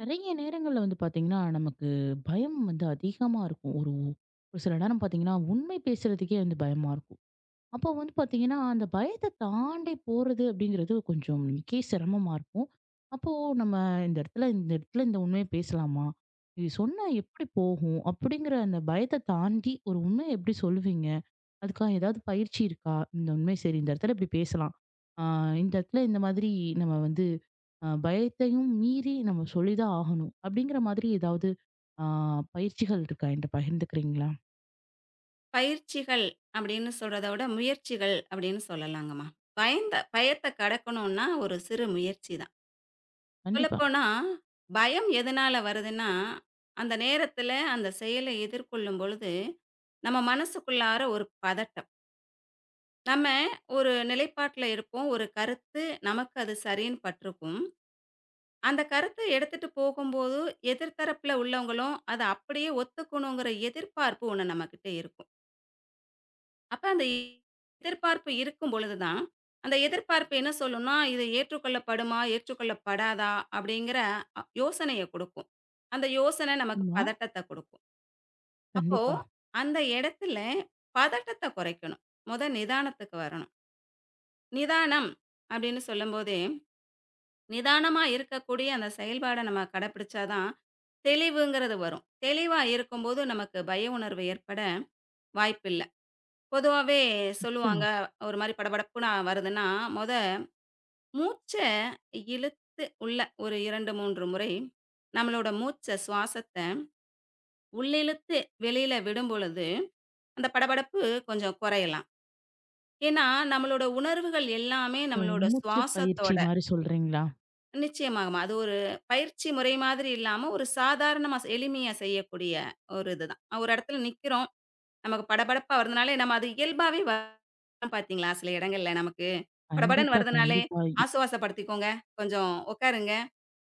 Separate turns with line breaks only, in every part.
நெறைய நேரங்கள்ல வந்து பாத்தீங்கன்னா, நமக்கு பயம் வந்து அதிகமா இருக்கும். ஒரு ஒரு சில நேரம் பாத்தீங்கன்னா, உண்மை பேசுறதுக்கே வந்து பயமா இருக்கும். அப்போ வந்து பாத்தீங்கன்னா, அந்த பயத்த தாண்டி போறது அப்படிங்கிறது கொஞ்சம் நமக்கே சிரமமா இருக்கும். அப்போ நம்ம இந்த இடத்துல இந்த உண்மைய பேசலாமா? இது சொன்னா எப்படி போகும்? அப்படிங்கிற அந்த பயத்த தாண்டி ஒரு உண்மைய எப்படி சொல்லுவீங்க? அதுக்காக ஏதாவது பயிற்சி இருக்கா? இந்த உண்மை சரி இந்த இடத்துல இப்படி பேசலாம். ஆ இந்த இடத்துல இந்த மாதிரி நம்ம வந்து பயத்தையும் மீறி நம்ம சொல்லிதான் ஆகணும். அப்படிங்கிற மாதிரி ஏதாவது ஆ பயிற்சிகள் இருக்கா? என்ட்ட பகிர்ந்துக்கிறீங்களா?
பயிற்சிகள் அப்படின்னு சொல்றத விட, முயற்சிகள் அப்படின்னு சொல்லலாங்கம்மா. பயந்த பயத்த கடக்கணும்னா ஒரு சிறு முயற்சி தான்.
கண்டிப்பா.
சொல்லப்போனா, பயம் எதனால வருதுன்னா, அந்த நேரத்துல அந்த செயல எதிர்கொள்ளும் பொழுது, நம்ம மனசுக்குள்ளார ஒரு பதட்டம். நம்ம ஒரு நிலைப்பாட்டுல இருப்போம். ஒரு கருத்து நமக்கு அது சரின்னு பட்டிருக்கும். அந்த கருத்த எடுத்துட்டு போகும்போது, எதிர் தரப்புல உள்ளவங்களும் அத அப்படியே ஒத்துக்கணுங்கிற எதிர்பார்ப்பு ஒண்ணு நம்மகிட்ட இருக்கும். அப்ப அந்த எதிர்பார்ப்பு இருக்கும் பொழுது தான், அந்த எதிர்பார்ப்பு என்ன சொல்லும்னா, இது ஏற்றுக்கொள்ளப்படுமா? ஏற்றுக்கொள்ளப்படாதா? அப்படிங்கிற யோசனைய குடுக்கும். அந்த யோசனை நமக்கு
ஆமா.
பதட்டத்த குடுக்கும். அப்போ
கண்டிப்பா.
அந்த இடத்துல பதட்டத்த குறைக்கணும். மொத நிதானத்துக்கு வரணும். நிதானம் அப்படின்னு சொல்லும்போதே, நிதானமா இருக்கக்கூடிய அந்த செயல்பாட நம்ம கடைப்பிடிச்சா தான் தெளிவுங்கிறது வரும். தெளிவா இருக்கும்போது நமக்கு பய உணர்வு ஏற்பட வாய்ப்பில்ல. பொதுவாவே
நிச்சயமா.
சொல்லுவாங்க, ஒரு மாரி படபடப்புன்னு வருதுன்னா, மொத மூச்ச இழுத்து உள்ள ஒரு 2, 3 முறை நம்மளோட மூச்ச சுவாசத்த உள்ளிழுத்து வெளியில விடும்பொழுது, அந்த படபடப்பு கொஞ்சம் குறையலாம். ஏன்னா, நம்மளோட உணர்வுகள் எல்லாமே
ஓ!
நம்மளோட
மூச்சு பயிற்சி
சுவாசத்தோட
மாரி சொல்றீங்களா?
நிச்சயமாகமா. அது ஒரு பயிற்சி முறை மாதிரி இல்லாம, ஒரு சாதாரணமா எளிமையா செய்யக்கூடிய ஒரு இதுதான். ஒரு இடத்துல நிக்கிறோம் நமக்கு படபடப்பா வரதுனாலே, நம்ம அது இயல்பாவே வரும் பார்த்தீங்களா, சில இடங்கள்ல நமக்கு. படபடன்னு
கண்டிப்பா,
வருதுனாலே,
கண்டிப்பா.
ஆசுவாசப்படுத்திக்கோங்க. கொஞ்சம் உட்காருங்க.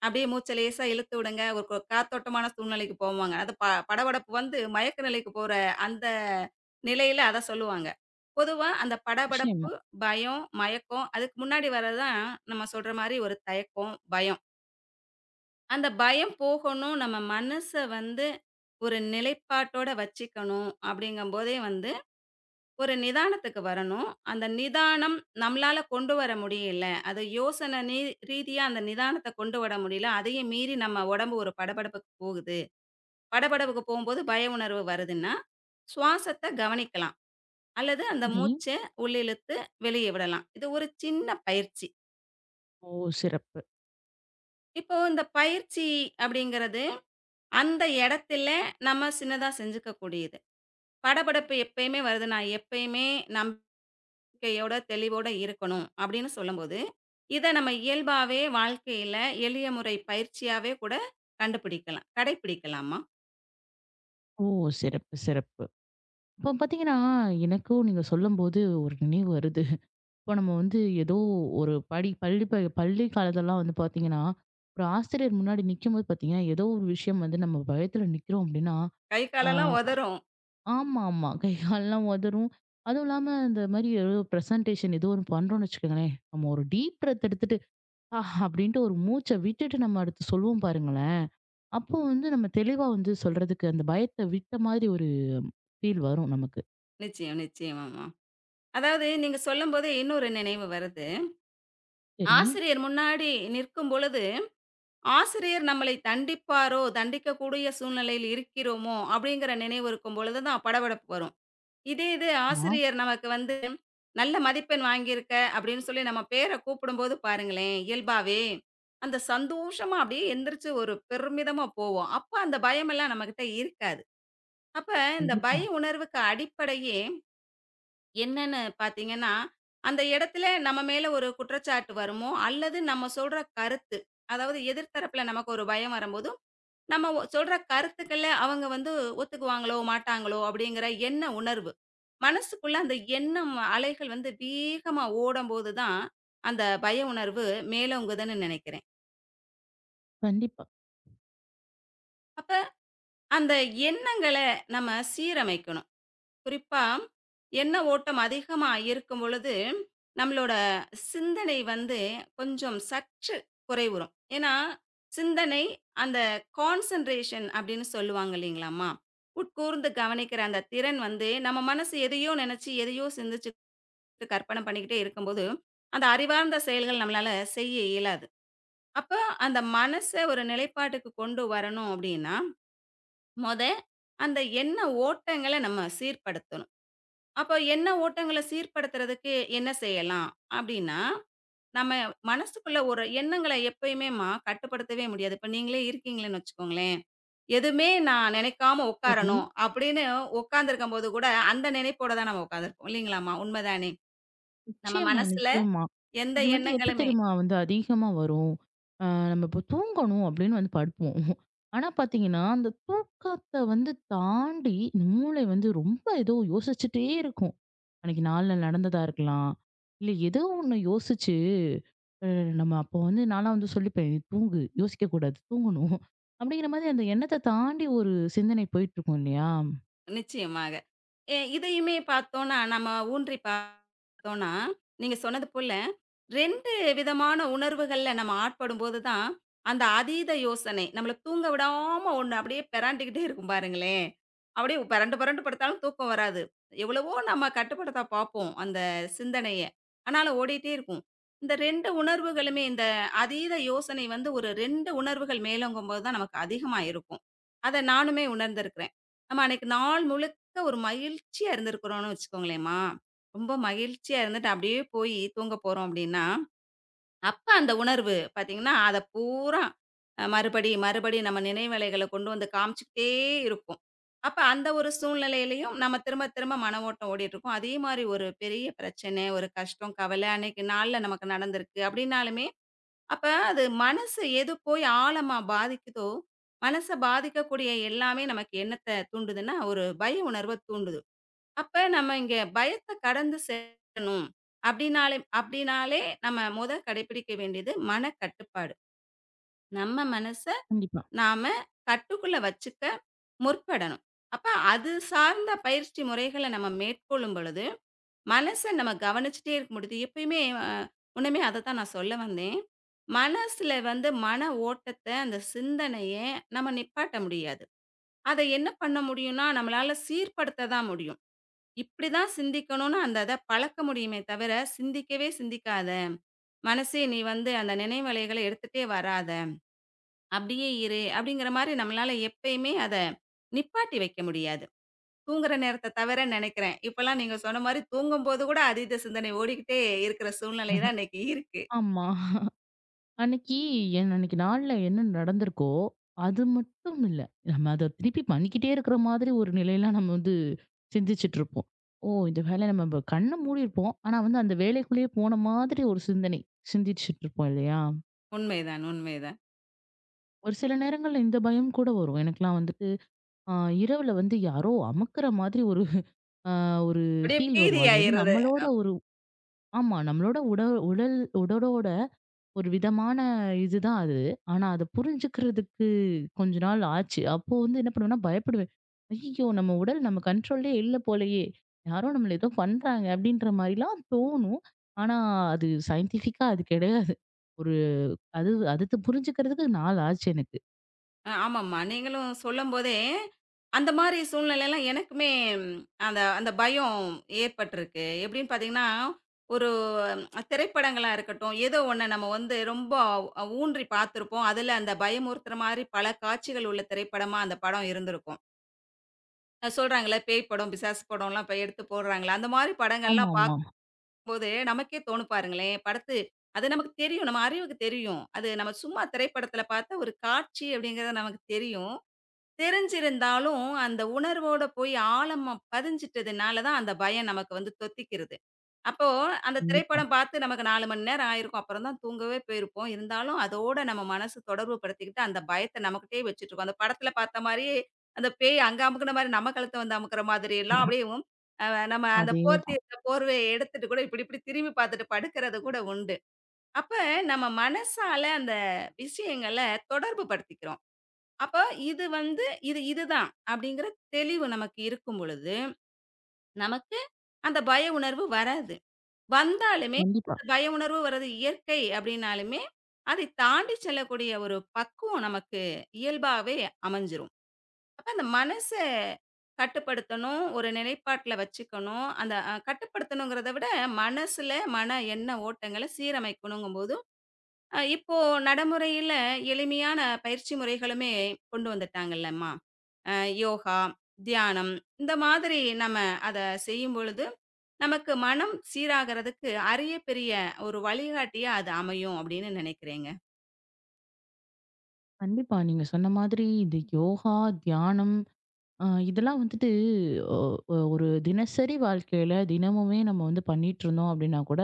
அப்படியே மூச்ச லேசா இழுத்து விடுங்க. ஒரு காத்தோட்டமான சூழ்நிலைக்கு போவாங்க. அது படபடப்பு வந்து மயக்க நிலைக்கு போற அந்த நிலையில அத சொல்லுவாங்க. பொதுவா அந்த படபடப்பு,
நிச்சயமா.
பயம், மயக்கம் அதுக்கு முன்னாடி வர்றது தான் நம்ம சொல்ற மாரி ஒரு தயக்கம், பயம். அந்த பயம் போகணும், நம்ம மனச வந்து ஒரு நிலைப்பாட்டோட வச்சுக்கணும் அப்படிங்கும்போதே வந்து ஒரு நிதானத்துக்கு வரணும். அந்த நிதானம் நம்மளால கொண்டு வர முடியல. அது யோசனை நீ ரீதியா அந்த நிதானத்த கொண்டு வர முடியல. அதையும் மீறி நம்ம உடம்பு ஒரு படபடப்புக்கு போகுது. படபடப்புக்கு போகும்போது பய உணர்வு வருதுன்னா, சுவாசத்த கவனிக்கலாம். அல்லது அந்த
சரி.
மூச்ச உள்ளிழுத்து வெளிய விடலாம். இது ஒரு சின்ன பயிற்சி.
ஓ! சிறப்பு.
இப்போ இந்த பயிற்சி அப்படிங்கிறது, அந்த இடத்தில நம்ம சின்னதா செஞ்சுக்க கூடியது. படபடப்பு எப்பயுமே வருது. நான் எப்பயுமே நம் க்கையோட தெளிவோட இருக்கணும் அப்படின்னு சொல்லும்போது, இத நம்ம இயல்பாவே வாழ்க்கையில எளிய முறை பயிற்சியாவே கூட கண்டுபிடிக்கலாம். கடைப்பிடிக்கலாமா?
ஓ! சிறப்பு, சிறப்பு. இப்போ பார்த்தீங்கன்னா, எனக்கும் நீங்க சொல்லும்போது ஒரு நினைவு வருது. இப்போ நம்ம வந்து ஏதோ ஒரு படி பள்ளி காலத்துலலாம் வந்து பார்த்தீங்கன்னா, ஒரு ஆசிரியர் முன்னாடி நிக்கும்போது பார்த்தீங்கன்னா, ஏதோ ஒரு விஷயம் வந்து நம்ம பயத்துல நிக்கிறோம் அப்டின்னா,
கை
ஆ
காலெல்லாம் உதறும்.
ஆமா, ஆமா. கை கால்லாம் உதறும். அதுவும் இல்லாம இந்த மாரி ஏதோ பிரசன்டேஷன் ஏதோ ஒண்ணு பண்றோம்னு வச்சுக்கோங்களேன், நம்ம ஒரு டீப் பிரெத் எடுத்துட்டு அப்படின்ட்டு ஒரு மூச்சை விட்டுட்டு நம்ம அடுத்து சொல்லுவோம் பாருங்களேன். அப்போ வந்து நம்ம தெளிவா வந்து சொல்றதுக்கு அந்த பயத்த விட்ட மாதிரி ஒரு ஃபீல் வரும் நமக்கு.
நிச்சயம், நிச்சயமாம்மா. அதாவது நீங்க சொல்லும்போது இன்னொரு நினைவு வருது.
சரி.
ஆசிரியர் முன்னாடி நிற்கும் பொழுது, ஆசிரியர் நம்மளை தண்டிப்பாரோ, தண்டிக்கக்கூடிய சூழ்நிலையில் இருக்கிறோமோ அப்படிங்கிற நினைவு இருக்கும் பொழுது தான் படபடப்பு வரும். இதே இது
ஆமா.
ஆசிரியர் நமக்கு வந்து, நல்ல மதிப்பெண் வாங்கியிருக்க அப்படின்னு சொல்லி நம்ம பேர கூப்பிடும்போது பாருங்களேன், இயல்பாவே அந்த சந்தோஷமா அப்படியே எந்திரிச்சு ஒரு பெருமிதமா போவோம். அப்ப அந்த பயமெல்லாம் நம்மகிட்ட இருக்காது. அப்ப இந்த பய
கண்டிப்பா,
உணர்வுக்கு அடிப்படையே என்னன்னு பார்த்தீங்கன்னா, அந்த இடத்துல நம்ம மேல ஒரு குற்றச்சாட்டு வருமோ, அல்லது நம்ம சொல்ற கருத்து. அதாவது எதிர் தரப்புல நமக்கு ஒரு பயம் வரும்போது நம்ம ஒ சொல்ற கருத்துக்கள்ல அவங்க வந்து ஒத்துக்குவாங்களோ, மாட்டாங்களோ அப்படிங்கிற எண்ண உணர்வு. மனசுக்குள்ள அந்த எண்ணம் அலைகள் வந்து வேகமா ஓடம்போது தான், அந்த பய உணர்வு மேலோங்குதுன்னு நெனைக்கிறேன்.
கண்டிப்பா.
அப்ப அந்த எண்ணங்கள நம்ம சீரமைக்கணும். குறிப்பா, எண்ண ஓட்டம் அதிகமா இருக்கும் பொழுது, நம்மளோட சிந்தனை வந்து கொஞ்சம் சற்று குறைவுறும். ஏன்னா, சிந்தனை அந்த கான்சன்ட்ரேஷன் அப்படின்னு சொல்லுவாங்க இல்லைங்களாம்மா. உட்கூர்ந்து கவனிக்கிற அந்த திறன் வந்து, நம்ம மனசு எதையோ நினைச்சு, எதையோ சிந்திச்சுட்டு, கற்பனை பண்ணிக்கிட்டே இருக்கும்போது, அந்த அறிவார்ந்த செயல்கள் நம்மளால செய்ய இயலாது. அப்ப அந்த மனச ஒரு நிலைப்பாட்டுக்கு கொண்டு வரணும் அப்படின்னா, மொத அந்த எண்ண ஓட்டங்கள நம்ம சீர்படுத்தணும். அப்ப எண்ண ஓட்டங்கள சீர்படுத்துறதுக்கு என்ன செய்யலாம்? அப்டின்னா, நம்ம மனசுக்குள்ள ஒரு எண்ணங்கள எப்பயுமேம்மா கட்டுப்படுத்தவே முடியாது. இப்ப நீங்களே இருக்கீங்கன்னு வச்சுக்கோங்களேன். எதுவுமே நான் நினைக்காம
சரி.
உட்காரணும் அப்படின்னு உட்கார்ந்திருக்கும்போது கூட, அந்த நினைப்போட தான் நம்ம உட்கார்ந்திருப்போம். இல்லைங்களாம்மா? உண்ம தானே? நம்ம
நிச்சயமா,
மனசுல
நிச்சயமா.
எந்த
இது வந்து எப்ப
எண்ணங்களுமே
தெரியுமா வந்து அதிகமா வரும்? அ நம்ம இப்போ தூங்கணும் அப்படின்னு வந்து படுப்போம். ஆனா பார்த்தீங்கன்னா, அந்த தூக்கத்த வந்து தாண்டி இந்த மூளை வந்து ரொம்ப ஏதோ யோசிச்சுட்டே இருக்கும். அன்னைக்கு நாள்ல நடந்ததா இருக்கலாம். இல்ல ஏதோ ஒண்ணு யோசிச்சு அ நம்ம அப்போ வந்து நான்லாம் வந்து சொல்லிப்பேன், "நீ தூங்கு, யோசிக்கக் கூடாது, தூங்கணும்." அப்படிங்கிற மாதிரி அந்த எண்ணத்த தாண்டி ஒரு சிந்தனை போயிட்டுருக்கும் இல்லையா?
நிச்சயமாக. இதையுமே பார்த்தோன்னா, நம்ம ஊன்றி பார்த்தோன்னா, நீங்க சொன்னது போல 2 விதமான உணர்வுகள்ல நம்ம ஆட்படும்போது தான், அந்த அதீத யோசனை நம்மள தூங்க விடாம ஒண்ணு அப்படியே பெராண்டுகிட்டே இருக்கும் பாருங்களேன். அப்படியே பெரண்டு பெரண்டு படுத்தாலும் தூக்கம் வராது. எவ்வளவோ நம்ம கட்டுப்படுத்த பார்ப்போம் அந்த சிந்தனைய. ஆனாலும் ஓடிட்டே இருக்கும். இந்த 2 உணர்வுகளுமே இந்த அதீத யோசனை வந்து ஒரு 2 உணர்வுகள் மேலோங்கும்போது தான் நமக்கு அதிகமா இருக்கும். அத நானுமே உணர்ந்திருக்கிறேன். நம்ம அன்னைக்கு நாள் முழுக்க ஒரு மகிழ்ச்சியா இருந்திருக்கிறோம்னு வச்சுக்கோங்களேன்ம்மா. ரொம்ப மகிழ்ச்சியா இருந்துட்டு அப்படியே போய் தூங்க போறோம் அப்படின்னா, அப்ப அந்த உணர்வு பார்த்தீங்கன்னா, அத பூரா மறுபடி, மறுபடி நம்ம நினைவலைகள கொண்டு வந்து காமிச்சுக்கிட்டே இருக்கும். அப்ப அந்த ஒரு சூழ்நிலையிலயும் நம்ம திரும்ப, திரும்ப மன ஓட்டம் ஓடிட்டுருக்கும். அதே மாரி ஒரு பெரிய பிரச்சனை, ஒரு கஷ்டம், கவலை அன்னைக்கு நாள்ல நமக்கு நடந்திருக்கு அப்படின்னாலுமே, அப்ப அது மனசு எது போய் ஆழமா பாதிக்குதோ, மனச பாதிக்கக்கூடிய எல்லாமே நமக்கு என்னத்த தூண்டுதுன்னா, ஒரு பய உணர்வ தூண்டுது. அப்ப நம்ம இங்க பயத்த கடந்து செல்லணும். அப்டினாலே அப்டினாலே நம்ம மொத கடைப்பிடிக்க வேண்டியது மனக்கட்டுப்பாடு. நம்ம மனச
கண்டிப்பா.
நாம கட்டுக்குள்ள வச்சுக்க முற்படணும். அப்ப அது சார்ந்த பயிற்சி முறைகள நம்ம மேற்கொள்ளும் பொழுது, மனச நம்ம கவனிச்சுட்டே இருக்க முடியுது. எப்பயுமே முன்னமே அதத்தான் நான் சொல்ல வந்தேன். மனசுல வந்து மன ஓட்டத்த, அந்த சிந்தனைய நம்ம நிப்பாட்ட முடியாது. அத என்ன பண்ண முடியும்னா, நம்மளால சீர்படுத்த தான் முடியும். இப்படிதான் சிந்திக்கணும்னு அந்த இத பழக்க முடியுமே தவிர, சிந்திக்கவே சிந்திக்காத. மனசே நீ வந்து அந்த நினைவலைகள எடுத்துட்டே வராத. அப்படியே இரு. அப்படிங்கிற மாரி நம்மளால எப்பயுமே அத நிப்பாட்டி வைக்க முடியாது. தூங்குற நேரத்த தவிர நெனைக்கிறேன். இப்பலாம் நீங்க சொன்ன மாரி தூங்கும்போது கூட அதீத சிந்தனை ஓடிக்கிட்டே இருக்கிற சூழ்நிலை தான் இன்னைக்கு இருக்கு.
ஆமா. அன்னைக்கு என் அன்னைக்கு நாள்ல என்ன நடந்திருக்கோ, அது மட்டும் இல்ல. நம்ம அத திருப்பி பண்ணிக்கிட்டே இருக்கிற மாதிரி ஒரு நிலையில நம்ம வந்து சிந்திச்சுட்டு இருப்போம். ஓ! இந்த வேலை நம்ம இப்ப கண்ண மூடியிருப்போம். ஆனா வந்து அந்த வேலைக்குள்ளேயே போன மாதிரி ஒரு சிந்தனை சிந்திச்சுட்டு இருப்போம் இல்லையா?
உண்மைதான், உண்மைதான்.
ஒரு சில நேரங்கள்ல இந்த பயம் கூட வரும். எனக்கெல்லாம் வந்துட்டு, அ இரவுல வந்து யாரோ அமுக்குற மாதிரி ஒரு ஆ ஒரு
அப்படியே
ஃபீல் வரும். அது வந்து
பீதியாயிரு
நம்மளோட ஒரு ஆமா. நம்மளோட உடல் உடல் உடலோட ஒரு விதமான இதுதான் அது. ஆனா அத புரிஞ்சுக்கிறதுக்கு கொஞ்ச நாள் ஆச்சு. அப்போ வந்து என்ன பண்ணுவேன்னா பயப்படுவேன். ஐய்யய்யோ! நம்ம உடல் நம்ம கண்ட்ரோல்லயே இல்ல போலயே! யாரோ நம்மள ஏதோ பண்றாங்க அப்டின்ற மாரிலாம் தோணும். ஆனா அது சயின்டிஃபிக்கா அது கிடையாது. ஒரு அது அடுத்து புரிஞ்சுக்கிறதுக்கு நாள் ஆச்சு எனக்கு.
ஆமாமா. நீங்களும் சொல்லும்போதே, அந்த மாரி சூழ்நிலைலாம் எனக்குமே ம், அந்த அந்த பயம் ஏற்பட்டுருக்கு. எப்படின்னு பார்த்தீங்கன்னா, ஒரு ம், திரைப்படங்களா இருக்கட்டும், ஏதோ ஒண்ணு நம்ம வந்து ரொம்ப ஊன்றி பார்த்துருப்போம். அதுல அந்த பயமுறுத்துற மாரி பல காட்சிகள் உள்ள திரைப்படமா அந்த படம் இருந்திருக்கும். சொல்றாங்கள்ல பேய் படம், பிசாசு படம்லாம் இப்ப எடுத்து போடுறாங்கள்ல, அந்த மாரி படங்கள்லாம்
ஆமாமா.
பார்க்கும்போது நமக்கே தோணும் பாருங்களேன், படத்து அது நமக்கு தெரியும். நம்ம அறிவுக்கு தெரியும். அது நம்ம சும்மா திரைப்படத்துல பார்த்த ஒரு காட்சி அப்படிங்கிறது நமக்கு தெரியும். தெரிஞ்சிருந்தாலும், அந்த உணர்வோட போய் ஆழமா பதிஞ்சிட்டதுனால தான், அந்த பயம் நமக்கு வந்து தொத்திக்கிறது. அப்போ அந்த
கண்டிப்பா.
திரைப்படம் பார்த்து நமக்கு 4 மணி நேரம் ஆயிருக்கும். அப்புறம் தான் தூங்கவே போயிருப்போம். இருந்தாலும் அதோட நம்ம மனசு தொடர்பு படுத்திக்கிட்டு, அந்த பயத்த நமக்கிட்டயே வச்சுட்டுருக்கும். அந்த படத்துல பார்த்த மாரியே, அந்த பேய் அங்க அமுக்குன மாரி நம்ம கழுத்த வந்து அமுக்குற மாதிரி எல்லாம் அப்படியும் அ நம்ம அந்த போர்த்தி
அதேதான்.
இருந்த போர்வைய எடுத்துட்டு கூட இப்படி இப்படி திரும்பி பார்த்துட்டு படுக்கிறது கூட உண்டு. அப்ப நம்ம மனசால அந்த விஷயங்கள தொடர்பு படுத்திக்கிறோம். அப்ப இது வந்து இதுதான் அப்படிங்கிற தெளிவு நமக்கு இருக்கும் பொழுது, நமக்கு அந்த பய உணர்வு வராது. வந்தாலுமே
கண்டிப்பா.
அந்த பய உணர்வு வர்றது இயற்கை அப்படின்னாலுமே, அதை தாண்டி செல்லக்கூடிய ஒரு பக்குவம் நமக்கு இயல்பாவே அமைஞ்சிரும். அப்ப அந்த மனச கட்டுப்படுத்தணும், ஒரு நிலைப்பாட்டுல வச்சுக்கணும். அந்த கட்டுப்படுத்தணுங்கிறத விட மனசுல மன எண்ண ஓட்டங்கள சீரமைக்கணுங்கும்போது இப்போ நடைமுறையில எளிமையான பயிற்சி முறைகளுமே கொண்டு வந்துட்டாங்கல்லம்மா. அ யோகா, தியானம் இந்த மாதிரி நம்ம அத செய்யும் பொழுது, நமக்கு மனம் சீராகறதுக்கு அரிய பெரிய ஒரு வழிகாட்டியா அது அமையும் அப்படின்னு நினைக்கிறேங்க.
கண்டிப்பா. நீங்க சொன்ன மாதிரி இந்த யோகா, தியானம் இதெல்லாம் வந்துட்டு ஒ ஒ ஒரு தினசரி வாழ்க்கையில தினமுமே நம்ம வந்து பண்ணிட்டுருந்தோம் அப்டின்னா கூட,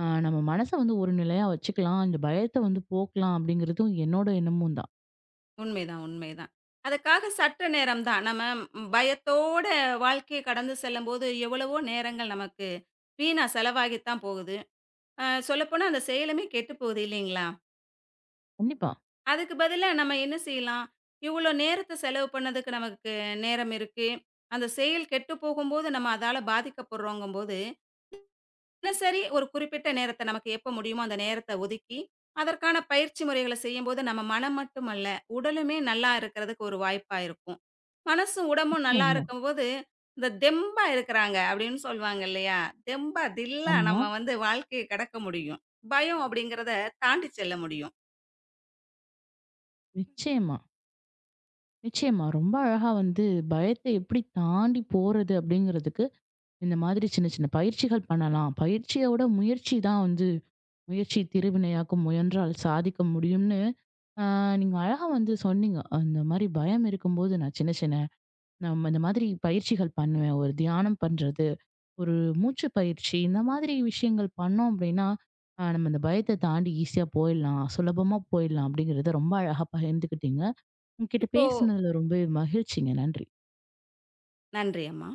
நம்ம மனச வந்து ஒரு நிலையா வச்சுக்கலாம். இந்த பயத்த வந்து போக்கலாம் அப்டிங்கிறதும் என்னோட எண்ணமும் தான்.
உண்மைதான், உண்மைதான். அதுக்காக சற்று நேரம் தான். நம்ம பயத்தோட வாழ்க்கைய கடந்து செல்லும்போது எவ்வளவோ நேரங்கள் நமக்கு வீணா செலவாகித்தான் போகுது. சொல்லப்போனா அந்த செயலுமே கெட்டுப் போகுது இல்லைங்களா?
கண்டிப்பா.
அதுக்கு பதிலா நம்ம என்ன செய்யலாம்? இவ்வளோ நேரத்த செலவு பண்ணதுக்கு நமக்கு நேரம் இருக்கு. அந்த செயல் கெட்டு போகும்போது நம்ம அதால பாதிக்கப்படுறோங்கும்போது, தினசரி ஒரு குறிப்பிட்ட நேரத்த நமக்கு எப்ப முடியுமோ அந்த நேரத்த ஒதுக்கி, அதற்கான பயிற்சி முறைகள செய்யும்போது நம்ம மனம் மட்டுமல்ல, உடலுமே நல்லா இருக்கிறதுக்கு ஒரு வாய்ப்பா இருக்கும். மனசும், உடம்பும் நல்லா
நிச்சயமா.
இருக்கும்போது, இந்த தெம்பா இருக்கிறாங்க அப்படின்னு சொல்லுவாங்க இல்லையா? தெம்பா, தில்லா
ஆமா.
நம்ம வந்து வாழ்க்கைய கடக்க முடியும். பயம் அப்படிங்கிறத தாண்டி செல்ல முடியும்.
நிச்சயமா, நிச்சயமா. ரொம்ப அழகா வந்து பயத்த எப்படி தாண்டி போறது அப்டிங்கிறதுக்கு, இந்த மாதிரி சின்ன சின்ன பயிற்சிகள் பண்ணலாம். பயிற்சியோட முயற்சி தான் வந்து முயற்சி திருவினையாக்கும் முயன்றால் சாதிக்க முடியும்னு, அ நீங்க அழகா வந்து சொன்னீங்க. அந்த மாரி பயம் இருக்கும்போது நான் சின்ன சின்ன நம்ம இந்த மாதிரி பயிற்சிகள் பண்ணுவேன். ஒரு தியானம் பண்றது, ஒரு மூச்சு பயிற்சி இந்த மாதிரி விஷயங்கள் பண்ணோம் அப்படின்னா, நம்ம இந்த பயத்த தாண்டி ஈஸியா போயிடலாம். சுலபமா போயிடலாம் அப்படிங்கிறத ரொம்ப அழகா பகிர்ந்துக்கிட்டீங்க. உங்ககிட்ட
இப்போ
பேசினதுல ரொம்பவே மகிழ்ச்சிங்க. நன்றி.
நன்றி அம்மா.